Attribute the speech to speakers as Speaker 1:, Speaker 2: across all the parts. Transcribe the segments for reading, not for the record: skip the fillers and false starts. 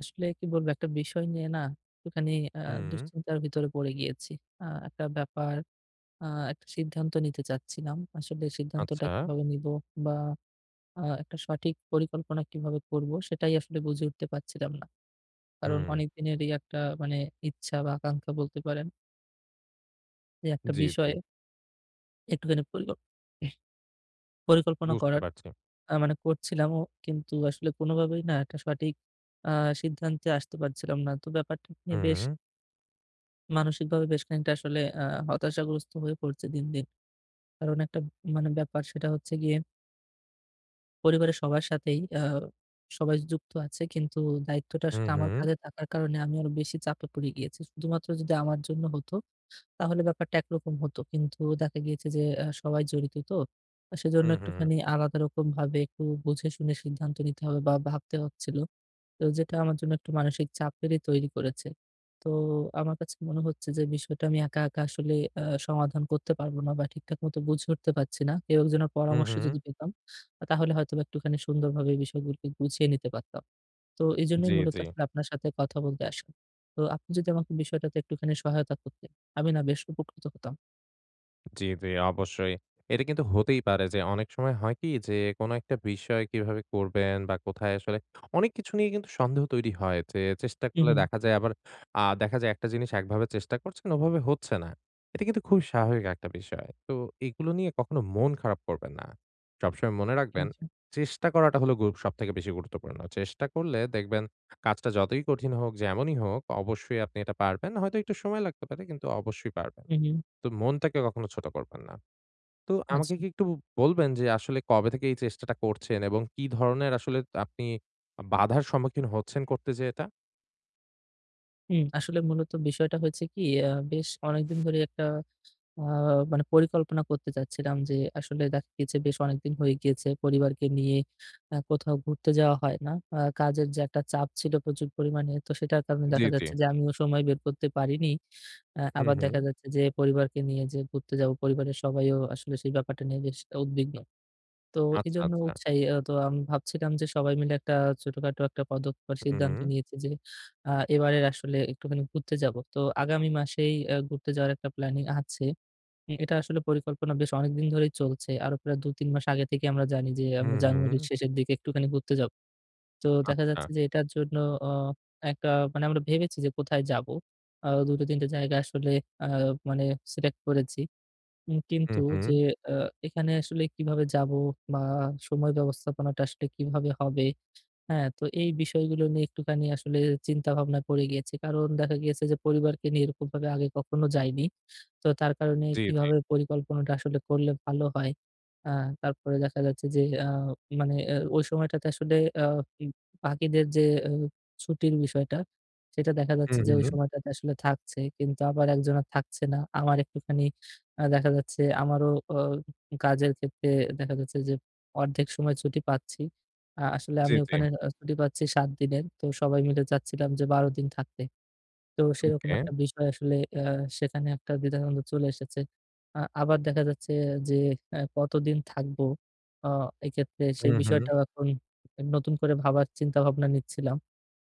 Speaker 1: আসলে কি বলবো? একটা বিষয় নিয়ে না একটুখানি আ
Speaker 2: হুম,
Speaker 1: দুশ্চিন্তার ভিতরে পড়ে গিয়েছি। একটা ব্যাপার, আ একটা সিদ্ধান্ত নিতে চাচ্ছিলাম। আসলে সিদ্ধান্তটা
Speaker 2: আচ্ছা।
Speaker 1: কিভাবে নিবো বা একটা সঠিক পরিকল্পনা কিভাবে করব সেটাই আসলে বুঝে উঠতে পারছিলাম না। কারণ
Speaker 2: হুম,
Speaker 1: অনেক দিনেরই একটা মানে ইচ্ছা বা আকাঙ্ক্ষা বলতে পারেন যে একটা
Speaker 2: জি, জি।
Speaker 1: বিষয়ে একটুখানি পরিকল্পনা
Speaker 2: বুঝতে
Speaker 1: করার
Speaker 2: পারছি।
Speaker 1: মানে করছিলামও। কিন্তু আসলে কোনোভাবেই না একটা সঠিক আ সিদ্ধান্তে আসতে পারছিলাম না। তো ব্যাপারটা নিয়ে বেশ
Speaker 2: হুম,
Speaker 1: মানসিকভাবে বেশ খানিকটা আসলে হতাশাগ্রস্ত হয়ে পড়ছে দিন, দিন। কারণ একটা মানে ব্যাপার সেটা হচ্ছে গিয়ে পরিবারের সবার সাথেই সবাই যুক্ত আছে। কিন্তু দায়িত্বটা
Speaker 2: হু,
Speaker 1: আসলে
Speaker 2: হু,
Speaker 1: আমার কাঁধে থাকার কারণে আমি আরো বেশি চাপে পড়ে গিয়েছি। শুধুমাত্র যদি আমার জন্য হতো তাহলে ব্যাপারটা একরকম হতো। কিন্তু দেখা গিয়েছে যে সবাই জড়িত তো। সেজন্য
Speaker 2: হু, হু,
Speaker 1: একটুখানি আলাদা রকমভাবে একটু বুঝে শুনে সিদ্ধান্ত নিতে হবে বা ভাবতে হচ্ছিল। তো যেটা আমার জন্য একটু মানসিক চাপেরই তৈরি করেছে। তো আমার কাছে মনে হচ্ছে যে বিষয়টা আমি একা, একা আসলে আ সমাধান করতে পারবো না বা ঠিকঠাক মতো বুঝে উঠতে পারছি না। কেউ একজনের
Speaker 2: হু,
Speaker 1: পরামর্শ
Speaker 2: হু।
Speaker 1: যদি পেতাম, তাহলে হয়তোবা একটুখানি সুন্দরভাবে বিষয়গুলোকে গুছিয়ে নিতে পারতাম। তো এজন্যই
Speaker 2: জি,
Speaker 1: মূলত
Speaker 2: জি।
Speaker 1: আসলে আপনার সাথে কথা বলতে আসা। তো আপনি যদি আমাকে বিষয়টাতে একটুখানি সহায়তা করতেন, আমি না বেশ উপকৃত হতাম।
Speaker 2: জি, জি, অবশ্যই। এটা কিন্তু হতেই পারে যে অনেক সময় হয় কি যে কোনো একটা বিষয় কিভাবে করবেন বা কোথায় আসলে অনেক কিছু নিয়ে কিন্তু সন্দেহ তৈরি হয় যে চেষ্টা
Speaker 1: হু,
Speaker 2: করলে
Speaker 1: হুম।
Speaker 2: দেখা যায় আবার দেখা যায় একটা জিনিস একভাবে চেষ্টা করছেন ওভাবে হচ্ছে না। এটা কিন্তু খুবই স্বাভাবিক একটা বিষয়। তো এগুলো নিয়ে কখনো মন খারাপ করবেন না। সবসময় মনে রাখবেন
Speaker 1: আচ্ছা।
Speaker 2: চেষ্টা করাটা হলো সবথেকে বেশি গুরুত্বপূর্ণ। চেষ্টা করলে দেখবেন কাজটা যতই কঠিন হোক, যেমনই হোক অবশ্যই আপনি এটা পারবেন। হয়তো একটু সময় লাগতে পারে কিন্তু অবশ্যই পারবেন।
Speaker 1: হু, হুম।
Speaker 2: তো মনটাকে কখনো ছোট করবেন না। তো আমাকে
Speaker 1: আচ্ছা।
Speaker 2: কি একটু বলবেন যে আসলে কবে থেকে এই চেষ্টাটা করছেন এবং কি ধরনের আসলে আপনি বাধার সম্মুখীন হচ্ছেন করতে যেয়ে এটা?
Speaker 1: হুম, আসলে মূলত বিষয়টা হয়েছে কি, বেশ অনেকদিন ধরেই একটা আ মানে পরিকল্পনা করতে চাচ্ছিলাম যে, আসলে দেখা গিয়েছে বেশ অনেকদিন হয়ে গিয়েছে পরিবারকে নিয়ে কোথাও ঘুরতে যাওয়া হয় না। কাজের যে একটা চাপ ছিল প্রচুর পরিমাণে, তো সেটার কারণে
Speaker 2: জি,
Speaker 1: দেখা
Speaker 2: জি।
Speaker 1: যাচ্ছে যে আমিও সময় বের করতে পারিনি।
Speaker 2: হুম,
Speaker 1: আবার
Speaker 2: হুম।
Speaker 1: দেখা যাচ্ছে যে পরিবারকে নিয়ে যে ঘুরতে যাব, পরিবারের সবাইও আসলে সেই ব্যাপারটা নিয়ে বেশ উদ্বিগ্ন। তো
Speaker 2: আচ্ছা,
Speaker 1: এজন্য
Speaker 2: আচ্ছা।
Speaker 1: উৎসাহী তো আমি ভাবছিলাম যে সবাই মিলে একটা ছোটখাটো একটা পদক্ষেপ বা
Speaker 2: হুম,
Speaker 1: সিদ্ধান্ত নিয়েছি যে এবারের আসলে একটুখানি ঘুরতে যাব। তো আগামী মাসেই ঘুরতে যাওয়ার একটা প্ল্যানিং আছে। এটা আসলে পরিকল্পনা বেশ অনেকদিন ধরেই চলছে। আরো প্রায় ২-৩ মাস আগে থেকে আমরা জানি যে আমরা
Speaker 2: হুম, হুম,
Speaker 1: জানুয়ারির শেষের দিকে একটুখানি ঘুরতে যাব। তো দেখা
Speaker 2: আচ্ছা।
Speaker 1: যাচ্ছে যে এটার জন্য অ একটা মানে আমরা ভেবেছি যে কোথায় যাব। ২-৩ টা জায়গা আসলে আ মানে সিলেক্ট করেছি।
Speaker 2: হুম,
Speaker 1: কিন্তু
Speaker 2: হুম।
Speaker 1: যে আ এখানে আসলে কিভাবে যাব বা সময় ব্যবস্থাপনাটা আসলে কিভাবে হবে, হ্যাঁ? তো এই বিষয়গুলো নিয়ে একটুখানি আসলে চিন্তা ভাবনা পড়ে গিয়েছে। কারণ দেখা গিয়েছে যে পরিবারকে নিয়ে এরকমভাবে আগে কখনো যাইনি। তো তার কারণে
Speaker 2: জি, জি।
Speaker 1: কিভাবে পরিকল্পনাটা আসলে করলে ভালো হয়? আ তারপরে দেখা যাচ্ছে যে মানে ওই সময়টাতে আসলে আ ই পাখিদের যে অ ছুটির বিষয়টা, সেটা দেখা যাচ্ছে
Speaker 2: হুম,
Speaker 1: যে ওই
Speaker 2: হুম।
Speaker 1: সময়টাতে আসলে থাকছে। কিন্তু আবার একজনের থাকছে না। আমার একটুখানি দেখা যাচ্ছে আমারও কাজের ক্ষেত্রে দেখা যাচ্ছে যে অর্ধেক সময় ছুটি পাচ্ছি। আসলে
Speaker 2: জি,
Speaker 1: আমি
Speaker 2: জি।
Speaker 1: ওখানে ছুটি পাচ্ছি ৭ দিনের। তো সবাই মিলে চাচ্ছিলাম যে ১২ দিন থাকতে। তো সেরকম
Speaker 2: ওকে।
Speaker 1: একটা বিষয় আসলে সেখানে একটা দ্বিধাদ্বন্দ্ব চলে এসেছে। আবার দেখা যাচ্ছে যে কতদিন থাকবো আ এক্ষেত্রে সেই
Speaker 2: হুম, হুম।
Speaker 1: বিষয়টাও এখন নতুন করে ভাবার চিন্তাভাবনা নিচ্ছিলাম।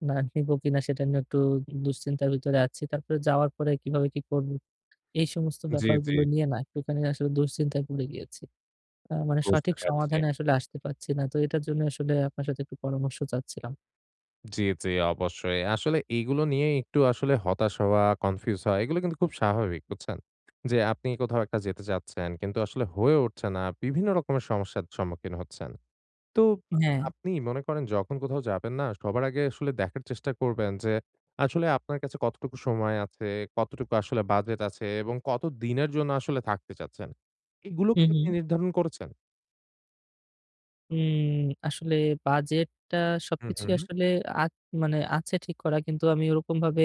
Speaker 1: না নিবো কিনা সেটা নিয়ে একটু দুশ্চিন্তার ভিতরে আছি। তারপরে যাওয়ার পরে কিভাবে কি করব? এই সমস্ত
Speaker 2: জি, জি।
Speaker 1: ব্যাপারগুলো নিয়ে না একটুখানি আসলে দুশ্চিন্তায় পড়ে গিয়েছি। মানে
Speaker 2: বুঝতে
Speaker 1: সঠিক
Speaker 2: পারছি।
Speaker 1: সমাধানে আসলে আসতে পারছি না। তো এটার জন্য আসলে আপনার সাথে একটু পরামর্শ চাচ্ছিলাম।
Speaker 2: জি, জি, অবশ্যই। আসলে এইগুলো নিয়ে একটু আসলে হতাশ হওয়া, কনফিউজ হওয়া এগুলো কিন্তু খুব স্বাভাবিক, বুঝছেন? যে আপনি কোথাও একটা যেতে চাচ্ছেন কিন্তু আসলে হয়ে উঠছে না। বিভিন্ন রকমের সমস্যার সম্মুখীন হচ্ছেন। তো
Speaker 1: হ্যাঁ।
Speaker 2: আপনি মনে করেন যখন কোথাও যাবেন না সবার আগে আসলে দেখার চেষ্টা করবেন যে আসলে আপনার কাছে কতটুকু সময় আছে, কতটুকু আসলে বাজেট আছে এবং কত দিনের জন্য আসলে থাকতে চাচ্ছেন। এগুলো
Speaker 1: হু,
Speaker 2: কি
Speaker 1: হু।
Speaker 2: আপনি নির্ধারণ করেছেন?
Speaker 1: উম আসলে বাজেটটা
Speaker 2: হুম,
Speaker 1: সবকিছুই
Speaker 2: হুম।
Speaker 1: আসলে আ মানে আছে ঠিক করা। কিন্তু আমি ওরকমভাবে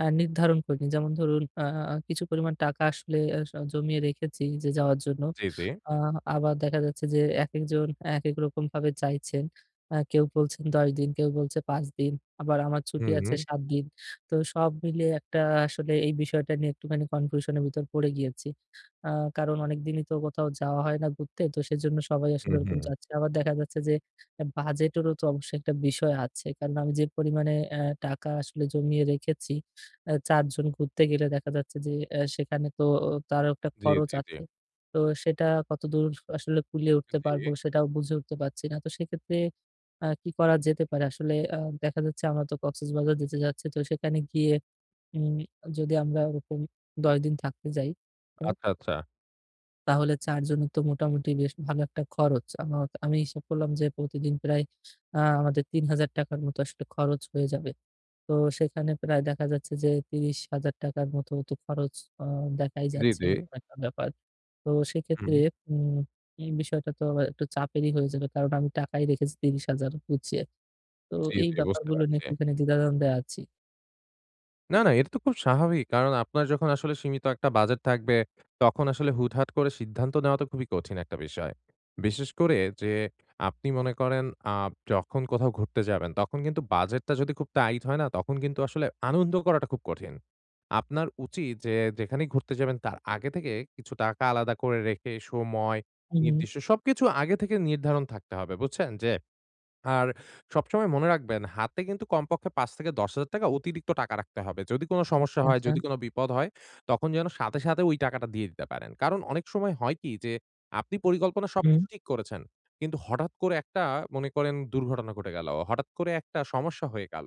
Speaker 1: নির্ধারণ করিনি। যেমন ধরুন কিছু পরিমাণ টাকা আসলে আ স জমিয়ে রেখেছি যে যাওয়ার জন্য।
Speaker 2: জি, জি।
Speaker 1: আ আবার দেখা যাচ্ছে যে একেকজন একেক রকমভাবে চাইছেন। কেউ বলছেন ১০ দিন, কেউ বলছে ৫ দিন। আবার আমার ছুটি
Speaker 2: হুম,
Speaker 1: আছে
Speaker 2: হুম,
Speaker 1: ৭ দিন। তো সব মিলিয়ে একটা আসলে এই বিষয়টা নিয়ে একটুখানি কনফিউশন এর ভিতর পড়ে গিয়েছি। আ কারণ অনেকদিনই তো কোথাও যাওয়া হয় না ঘুরতে। তো সেজন্য সবাই আসলে
Speaker 2: হুম,
Speaker 1: ওরকম
Speaker 2: হুম।
Speaker 1: চাচ্ছে। আবার দেখা যাচ্ছে যে বাজেটেরও তো অবশ্যই একটা বিষয় আছে। কারণ আমি যে পরিমাণে টাকা আসলে জমিয়ে রেখেছি, ৪ জন ঘুরতে গেলে দেখা যাচ্ছে যে সেখানে তো তারও একটা
Speaker 2: জি,
Speaker 1: খরচ
Speaker 2: জি, জি।
Speaker 1: আছে। তো সেটা কতদূর আসলে কুলিয়ে উঠতে
Speaker 2: জি।
Speaker 1: পারবো সেটাও বুঝে উঠতে পারছি না। তো সেক্ষেত্রে কি করা যেতে পারে? আসলে দেখা যাচ্ছে আমরা তো কক্সবাজার যেতে যাচ্ছি। তো সেখানে গিয়ে উম যদি আমরা ওরকম ১০ দিন থাকতে যাই, তো
Speaker 2: আচ্ছা, আচ্ছা।
Speaker 1: তাহলে ৪ জনের তো মোটামুটি বেশ ভালো একটা খরচ। আমি হিসাব করলাম যে প্রতিদিন প্রায় আমাদের ৳৩,০০০ মতো আসলে খরচ হয়ে যাবে। তো সেখানে প্রায় দেখা যাচ্ছে যে ৳৩০,০০০ মতো তো খরচ আ দেখাই
Speaker 2: জি,
Speaker 1: যাচ্ছে
Speaker 2: জি।
Speaker 1: এরকম একটা ব্যাপার। তো
Speaker 2: হুম।
Speaker 1: সেক্ষেত্রে উম এই বিষয়টা তো আবার একটু চাপেরই হয়ে যাবে। কারণ আমি টাকাই রেখেছি ৩০,০০০ গুছিয়ে। তো
Speaker 2: জি,
Speaker 1: এই
Speaker 2: জি বুঝতে
Speaker 1: ব্যাপারগুলো নিয়ে
Speaker 2: পারছি।
Speaker 1: একটুখানি দ্বিধাদ্বন্দ্বে আছি।
Speaker 2: না, না এটা তো খুব স্বাভাবিক। কারণ আপনার যখন আসলে সীমিত একটা বাজেট থাকবে, তখন আসলে হুটহাট করে সিদ্ধান্ত নেওয়া তো খুবই কঠিন একটা বিষয়। বিশেষ করে যে আপনি মনে করেন আ যখন কোথাও ঘুরতে যাবেন, তখন কিন্তু বাজেটটা যদি খুব টাইট হয় না, তখন কিন্তু আসলে আনন্দ করাটা খুব কঠিন। আপনার উচিত যে যেখানেই ঘুরতে যাবেন তার আগে থেকে কিছু টাকা আলাদা করে রেখে, সময়
Speaker 1: হুম, হুম।
Speaker 2: নির্দিষ্ট সবকিছু আগে থেকে নির্ধারণ থাকতে হবে। বুঝছেন? যে আর সবসময় মনে রাখবেন, হাতে কিন্তু কমপক্ষে ৳৫,০০০-১০,০০০ অতিরিক্ত টাকা রাখতে হবে। যদি কোনো সমস্যা হয়,
Speaker 1: আচ্ছা।
Speaker 2: যদি কোনো বিপদ হয়, তখন যেন সাথে, সাথে ওই টাকাটা দিয়ে দিতে পারেন। কারণ অনেক সময় হয় কি যে, আপনি পরিকল্পনা
Speaker 1: হুম।
Speaker 2: সবকিছু ঠিক করেছেন। কিন্তু হঠাৎ করে একটা মনে করেন দুর্ঘটনা ঘটে গেল। হঠাৎ করে একটা সমস্যা হয়ে গেল।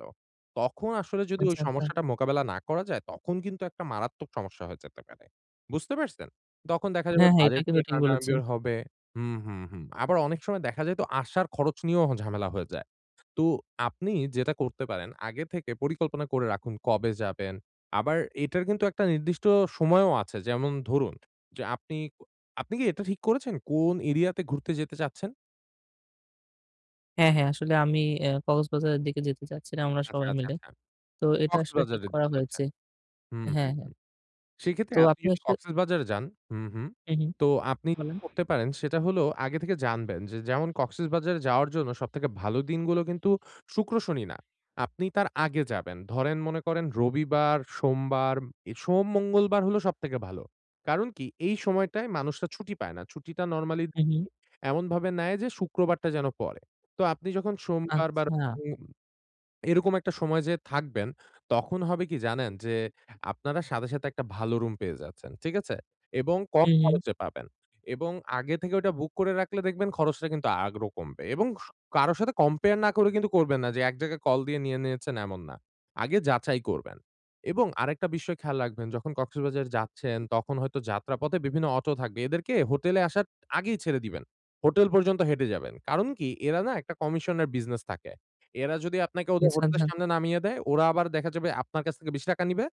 Speaker 2: তখন আসলে যদি ওই
Speaker 1: আচ্ছা, আচ্ছা।
Speaker 2: সমস্যাটা মোকাবেলা না করা যায়, তখন কিন্তু একটা মারাত্মক সমস্যা হয়ে যেতে পারে। বুঝতে পারছেন? তখন দেখা যাবে
Speaker 1: হ্যাঁ, হ্যাঁ, এটা
Speaker 2: বাজেট
Speaker 1: কিন্তু
Speaker 2: নিয়ে
Speaker 1: ঠিক
Speaker 2: টানাটানি
Speaker 1: বলেছেন।
Speaker 2: হবে। হুম, হুম, হুম। আবার অনেক সময় দেখা যায় তো আসার খরচ নিয়েও ঝামেলা হয়ে যায়। তো আপনি যেটা করতে পারেন আগে থেকে পরিকল্পনা করে রাখুন কবে যাবেন। আবার এটার কিন্তু একটা নির্দিষ্ট সময়ও আছে। যেমন ধরুন যে আপনি আপনি কি এটা ঠিক করেছেন কোন এরিয়াতে ঘুরতে যেতে চাচ্ছেন?
Speaker 1: হ্যাঁ, হ্যাঁ, আসলে আমি কক্সবাজারের দিকে যেতে চাচ্ছিলাম আমরা
Speaker 2: আচ্ছা,
Speaker 1: সবাই
Speaker 2: আচ্ছা,
Speaker 1: মিলে।
Speaker 2: আচ্ছা।
Speaker 1: তো এটা আসলে ঠিক
Speaker 2: কক্সবাজারে যেতে
Speaker 1: করা হয়েছে।
Speaker 2: চাচ্ছেন। হুম।
Speaker 1: হ্যাঁ, হ্যাঁ।
Speaker 2: সেক্ষেত্রে
Speaker 1: তো
Speaker 2: আপনি
Speaker 1: আপনি
Speaker 2: যদি
Speaker 1: আসলে
Speaker 2: কক্সেসবাজারে যান হুম, হুম।
Speaker 1: হুম, হুম,
Speaker 2: তো আপনি যেটা
Speaker 1: বলেন।
Speaker 2: করতে পারেন সেটা হলো আগে থেকে জানবেন যে যেমন কক্সেসবাজারে যাওয়ার জন্য সবথেকে ভালো দিনগুলো কিন্তু শুক্র, শনি না। আপনি তার আগে যাবেন। ধরেন মনে করেন রবিবার, সোমবার, সোম, মঙ্গলবার হলো সবথেকে ভালো। কারণ কি এই সময়টায় মানুষরা ছুটি পায় না। ছুটিটা নরমালি
Speaker 1: হুম, হুম।
Speaker 2: এমনভাবে নেয় যে শুক্রবারটা যেন পড়ে। তো আপনি যখন সোমবার বা
Speaker 1: আচ্ছা।
Speaker 2: এরকম একটা সময় যে থাকবেন, তখন হবে কি জানেন? যে আপনারা সাথে, সাথে একটা ভালো রুম পেয়ে যাচ্ছেন। ঠিক আছে? এবং কম
Speaker 1: হুম, হুম।
Speaker 2: খরচে পাবেন। এবং আগে থেকে ওটা বুক করে রাখলে দেখবেন খরচটা কিন্তু আরো কমবে। এবং কারো সাথে কম্পেয়ার না করে কিন্তু করবেন না যে এক জায়গায় কল দিয়ে নিয়ে নিয়েছেন এমন না। আগে যাচাই করবেন। এবং আরেকটা বিষয় খেয়াল রাখবেন যখন কক্সবাজার যাচ্ছেন তখন হয়তো যাত্রাপথে বিভিন্ন অটো থাকবে। এদেরকে হোটেলে আসার আগেই ছেড়ে দিবেন। হোটেল পর্যন্ত হেঁটে যাবেন। কারণ কি? এরা না একটা কমিশনের বিজনেস থাকে। এরা যদি আপনাকে ওদের
Speaker 1: আচ্ছা,
Speaker 2: হোটেলের
Speaker 1: আচ্ছা।
Speaker 2: সামনে নামিয়ে দেয়, ওরা আবার দেখা যাবে আপনার কাছ থেকে ৳২০ নিবে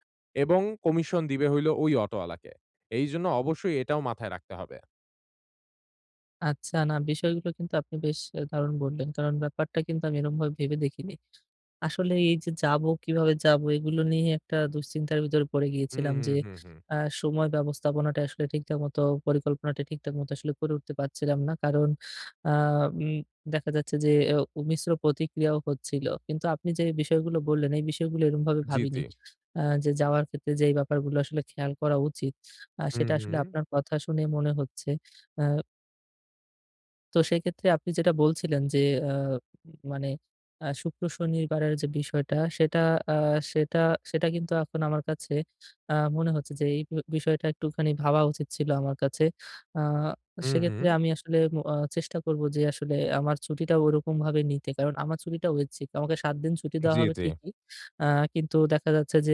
Speaker 2: এবং কমিশন দিবে হইলো ওই অটোয়ালাকে। এইজন্য অবশ্যই এটাও মাথায় রাখতে হবে।
Speaker 1: আচ্ছা, না বিষয়গুলো কিন্তু আপনি বেশ দারুণ বললেন। কারণ ব্যাপারটা কিন্তু আমি এরকমভাবে ভেবে দেখিনি। আসলে এই যে যাবো, কিভাবে যাবো? এগুলো নিয়ে একটা দুশ্চিন্তার ভিতরে পড়ে
Speaker 2: হুম,
Speaker 1: গিয়েছিলাম যে,
Speaker 2: হুম, হুম, হুম।
Speaker 1: আ সময় ব্যবস্থাপনাটা আসলে ঠিকঠাক মতো পরিকল্পনাটা ঠিকঠাক মতো আসলে করে উঠতে পারছিলাম না। কারণ আ উম দেখা যাচ্ছে যে মিশ্র প্রতিক্রিয়াও হচ্ছিল। কিন্তু আপনি যে বিষয়গুলো বললেন, এই বিষয়গুলো এরকমভাবে
Speaker 2: জি,
Speaker 1: ভাবিনি।
Speaker 2: জি।
Speaker 1: যে যাওয়ার ক্ষেত্রে যেই ব্যাপারগুলো আসলে খেয়াল করা উচিত,
Speaker 2: হুম,
Speaker 1: সেটা আসলে
Speaker 2: হুম।
Speaker 1: আপনার কথা শুনে মনে হচ্ছে। আ তো সেক্ষেত্রে আপনি যেটা বলছিলেন যে, আ মানে শুক্র শনিবারের যে বিষয়টা সেটা আ সেটা সেটা কিন্তু এখন আমার কাছে মনে হচ্ছে যে এই বি বিষয়টা একটুখানি ভাবা উচিত ছিল আমার কাছে। আ
Speaker 2: হুম, হুম।
Speaker 1: সেক্ষেত্রে আমি আসলে ম আ চেষ্টা করব যে আসলে আমার ছুটিটা ওরকমভাবে নিতে। কারণ আমার ছুটিটা ঐচ্ছিক। আমাকে ৭ দিন ছুটি দেওয়া
Speaker 2: জি,
Speaker 1: হবে
Speaker 2: জি।
Speaker 1: ঠিকই। আ কিন্তু দেখা যাচ্ছে যে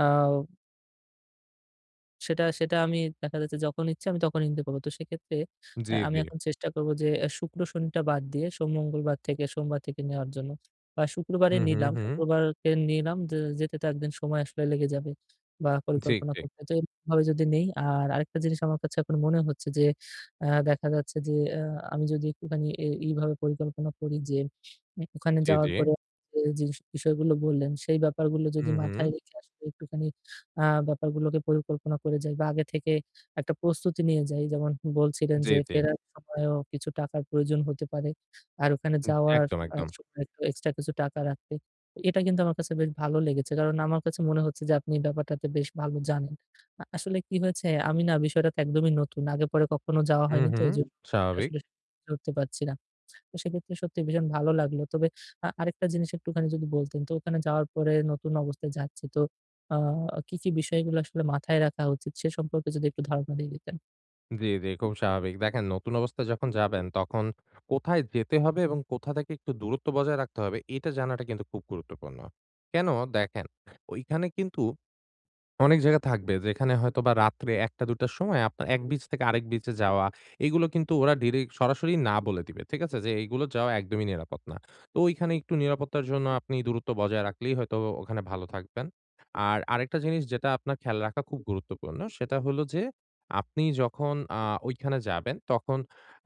Speaker 1: আ সেটা আমি দেখা যাচ্ছে যখন ইচ্ছে আমি তখন হিন্দি পড়ব। তো সেক্ষেত্রে
Speaker 2: জি,
Speaker 1: আমি
Speaker 2: জি।
Speaker 1: এখন চেষ্টা করব যে শুক্র শনিটা বাদ দিয়ে সোমবার থেকে নেওয়ার জন্য। বা
Speaker 2: হুম, হুম, হুম।
Speaker 1: শুক্রবারকে নিলাম যে যেতে তো একদিন সময় আসলে লেগে যাবে বা
Speaker 2: ঠিক,
Speaker 1: পরিকল্পনা
Speaker 2: ঠিক।
Speaker 1: করতে। তো এরকমভাবে যদি নেই আর আরেকটা জিনিস আমার কাছে এখন মনে হচ্ছে যে দেখা যাচ্ছে যে আ আমি যদি একটুখানি এইভাবে পরিকল্পনা করি যে ওখানে
Speaker 2: জি,
Speaker 1: যাওয়ার
Speaker 2: জি।
Speaker 1: পরে যে জিনিস বিষয়গুলো বললেন সেই ব্যাপারগুলো যদি
Speaker 2: হুম, হুম।
Speaker 1: মাথায় রেখে আসলে একটুখানি আ ব্যাপারগুলোকে পরিকল্পনা করে যাই বা আগে থেকে একটা প্রস্তুতি নিয়ে যাই। যেমন বলছিলেন
Speaker 2: জি,
Speaker 1: যে হুম।
Speaker 2: জি।
Speaker 1: ফেরার সময়ও কিছু টাকার প্রয়োজন হতে পারে। আর ওখানে যাওয়ার
Speaker 2: একদম, একদম।
Speaker 1: সময় একটু এক্সট্রা কিছু টাকা রাখতে। এটা কিন্তু আমার কাছে বেশ ভালো লেগেছে। কারণ আমার কাছে মনে হচ্ছে যে আপনি ব্যাপারটাতে বেশ ভালো জানেন। আসলে কি হয়েছে আমি না বিষয়টাতে একদমই নতুন। আগে পরে কখনো যাওয়া
Speaker 2: হুম,
Speaker 1: হয়নি তো
Speaker 2: হুম।
Speaker 1: এজন্য বিষয়টা
Speaker 2: স্বাভাবিক।
Speaker 1: আসলে উঠতে পারছি না। তো সেক্ষেত্রে সত্যি ভীষণ ভালো লাগলো। তবে আরেকটা জিনিস একটুখানি যদি বলতেন, তো ওখানে যাওয়ার পরে নতুন অবস্থায় যাচ্ছি তো আ কি, কি বিষয়গুলো আসলে মাথায় রাখা উচিত সে সম্পর্কে যদি একটু ধারণা দিয়ে দিতেন?
Speaker 2: জি, জি, খুব স্বাভাবিক। দেখেন নতুন অবস্থায় যখন যাবেন তখন কোথায় যেতে হবে এবং কোথা থেকে একটু দূরত্ব বজায় রাখতে হবে এটা জানাটা কিন্তু খুব গুরুত্বপূর্ণ। কেন? দেখেন, ওইখানে কিন্তু অনেক জায়গা থাকবে যেখানে হয়তোবা রাত্রে ১টা-২টার সময় আপনার এক বিচ থেকে আরেক বিচে যাওয়া, এগুলো কিন্তু ওরা ডিরেক্ট সরাসরি না বলে দিবে। ঠিক আছে? যে এইগুলো যাওয়া একদমই নিরাপদ না। তো ওইখানে একটু নিরাপত্তার জন্য আপনি দূরত্ব বজায় রাখলেই হয়তো ওখানে ভালো থাকবেন। আর আরেকটা জিনিস যেটা আপনার খেয়াল রাখা খুব গুরুত্বপূর্ণ, সেটা হলো যে আপনি যখন ওইখানে যাবেন তখন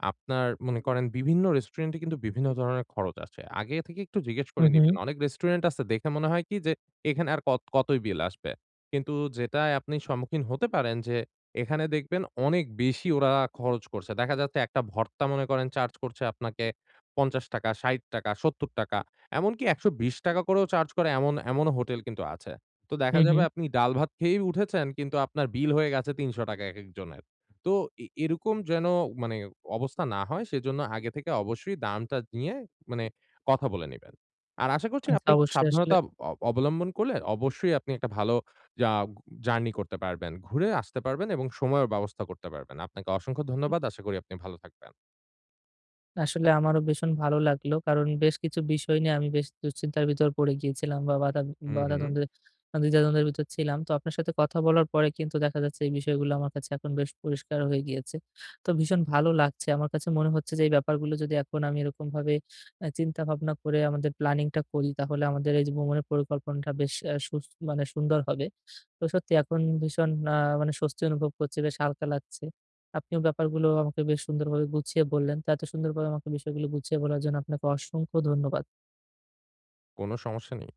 Speaker 2: আপনার মনে করেন বিভিন্ন রেস্টুরেন্টে কিন্তু বিভিন্ন ধরনের খরচ আছে। আগে থেকে একটু জিজ্ঞেস
Speaker 1: হু,
Speaker 2: করে
Speaker 1: হু,
Speaker 2: নিবেন। অনেক রেস্টুরেন্ট আছে দেখে মনে হয় কি যে এখানে আর কত কতই বিল আসবে। কিন্তু যেটায় আপনি সম্মুখীন হতে পারেন যে, এখানে দেখবেন অনেক বেশি ওরা খরচ করছে। দেখা যাচ্ছে একটা ভর্তা মনে করেন চার্জ করছে আপনাকে ৳৫০, ৳৬০, ৳৭০ এমনকি ৳১২০ করেও চার্জ করে এমন এমনও হোটেল কিন্তু আছে। তো
Speaker 1: হু,
Speaker 2: দেখা
Speaker 1: হু।
Speaker 2: যাবে আপনি ডাল ভাত খেয়েই উঠেছেন কিন্তু আপনার বিল হয়ে গেছে ৳৩০০ একেক জনের। তো এরকম যেন মানে অবস্থা না হয় সেজন্য আগে থেকে অবশ্যই দামটা নিয়ে মানে কথা বলে নিবেন। আর আশা করছি আপনি
Speaker 1: আচ্ছা
Speaker 2: একটু
Speaker 1: অবশ্যই আসলে
Speaker 2: সাবধানতা অবলম্বন করলে অবশ্যই আপনি একটা ভালো যা জার্নি করতে পারবেন। ঘুরে আসতে পারবেন এবং সময়ের ব্যবস্থা করতে পারবেন। আপনাকে অসংখ্য ধন্যবাদ। আশা করি আপনি ভালো থাকবেন।
Speaker 1: আসলে আমারও ভীষণ ভালো লাগলো। কারণ বেশ কিছু বিষয় নিয়ে আমি বেশ দুশ্চিন্তার ভিতর পড়ে গিয়েছিলাম বা বাধা
Speaker 2: হুম, হুম।
Speaker 1: বাধাদ্বন্দ্বে দ্বিধাদ্বন্দ্বের ভিতর ছিলাম। তো আপনার সাথে কথা বলার পরে কিন্তু দেখা যাচ্ছে এই বিষয়গুলো আমার কাছে এখন বেশ পরিষ্কার হয়ে গিয়েছে। তো ভীষণ ভালো লাগছে। আমার কাছে মনে হচ্ছে যে এই ব্যাপারগুলো যদি এখন আমি এরকমভাবে চিন্তাভাবনা করে আমাদের প্ল্যানিংটা করি তাহলে আমাদের এই যে ভ্রমণের পরিকল্পনাটা বেশ আ সুস মানে সুন্দর হবে। তো সত্যি এখন ভীষণ মানে স্বস্তি অনুভব করছি, বেশ হালকা লাগছে। আপনিও ব্যাপারগুলো আমাকে বেশ সুন্দরভাবে গুছিয়ে বললেন। তো এত সুন্দরভাবে আমাকে বিষয়গুলো গুছিয়ে বলার জন্য আপনাকে অসংখ্য ধন্যবাদ।
Speaker 2: কোন সমস্যা নেই।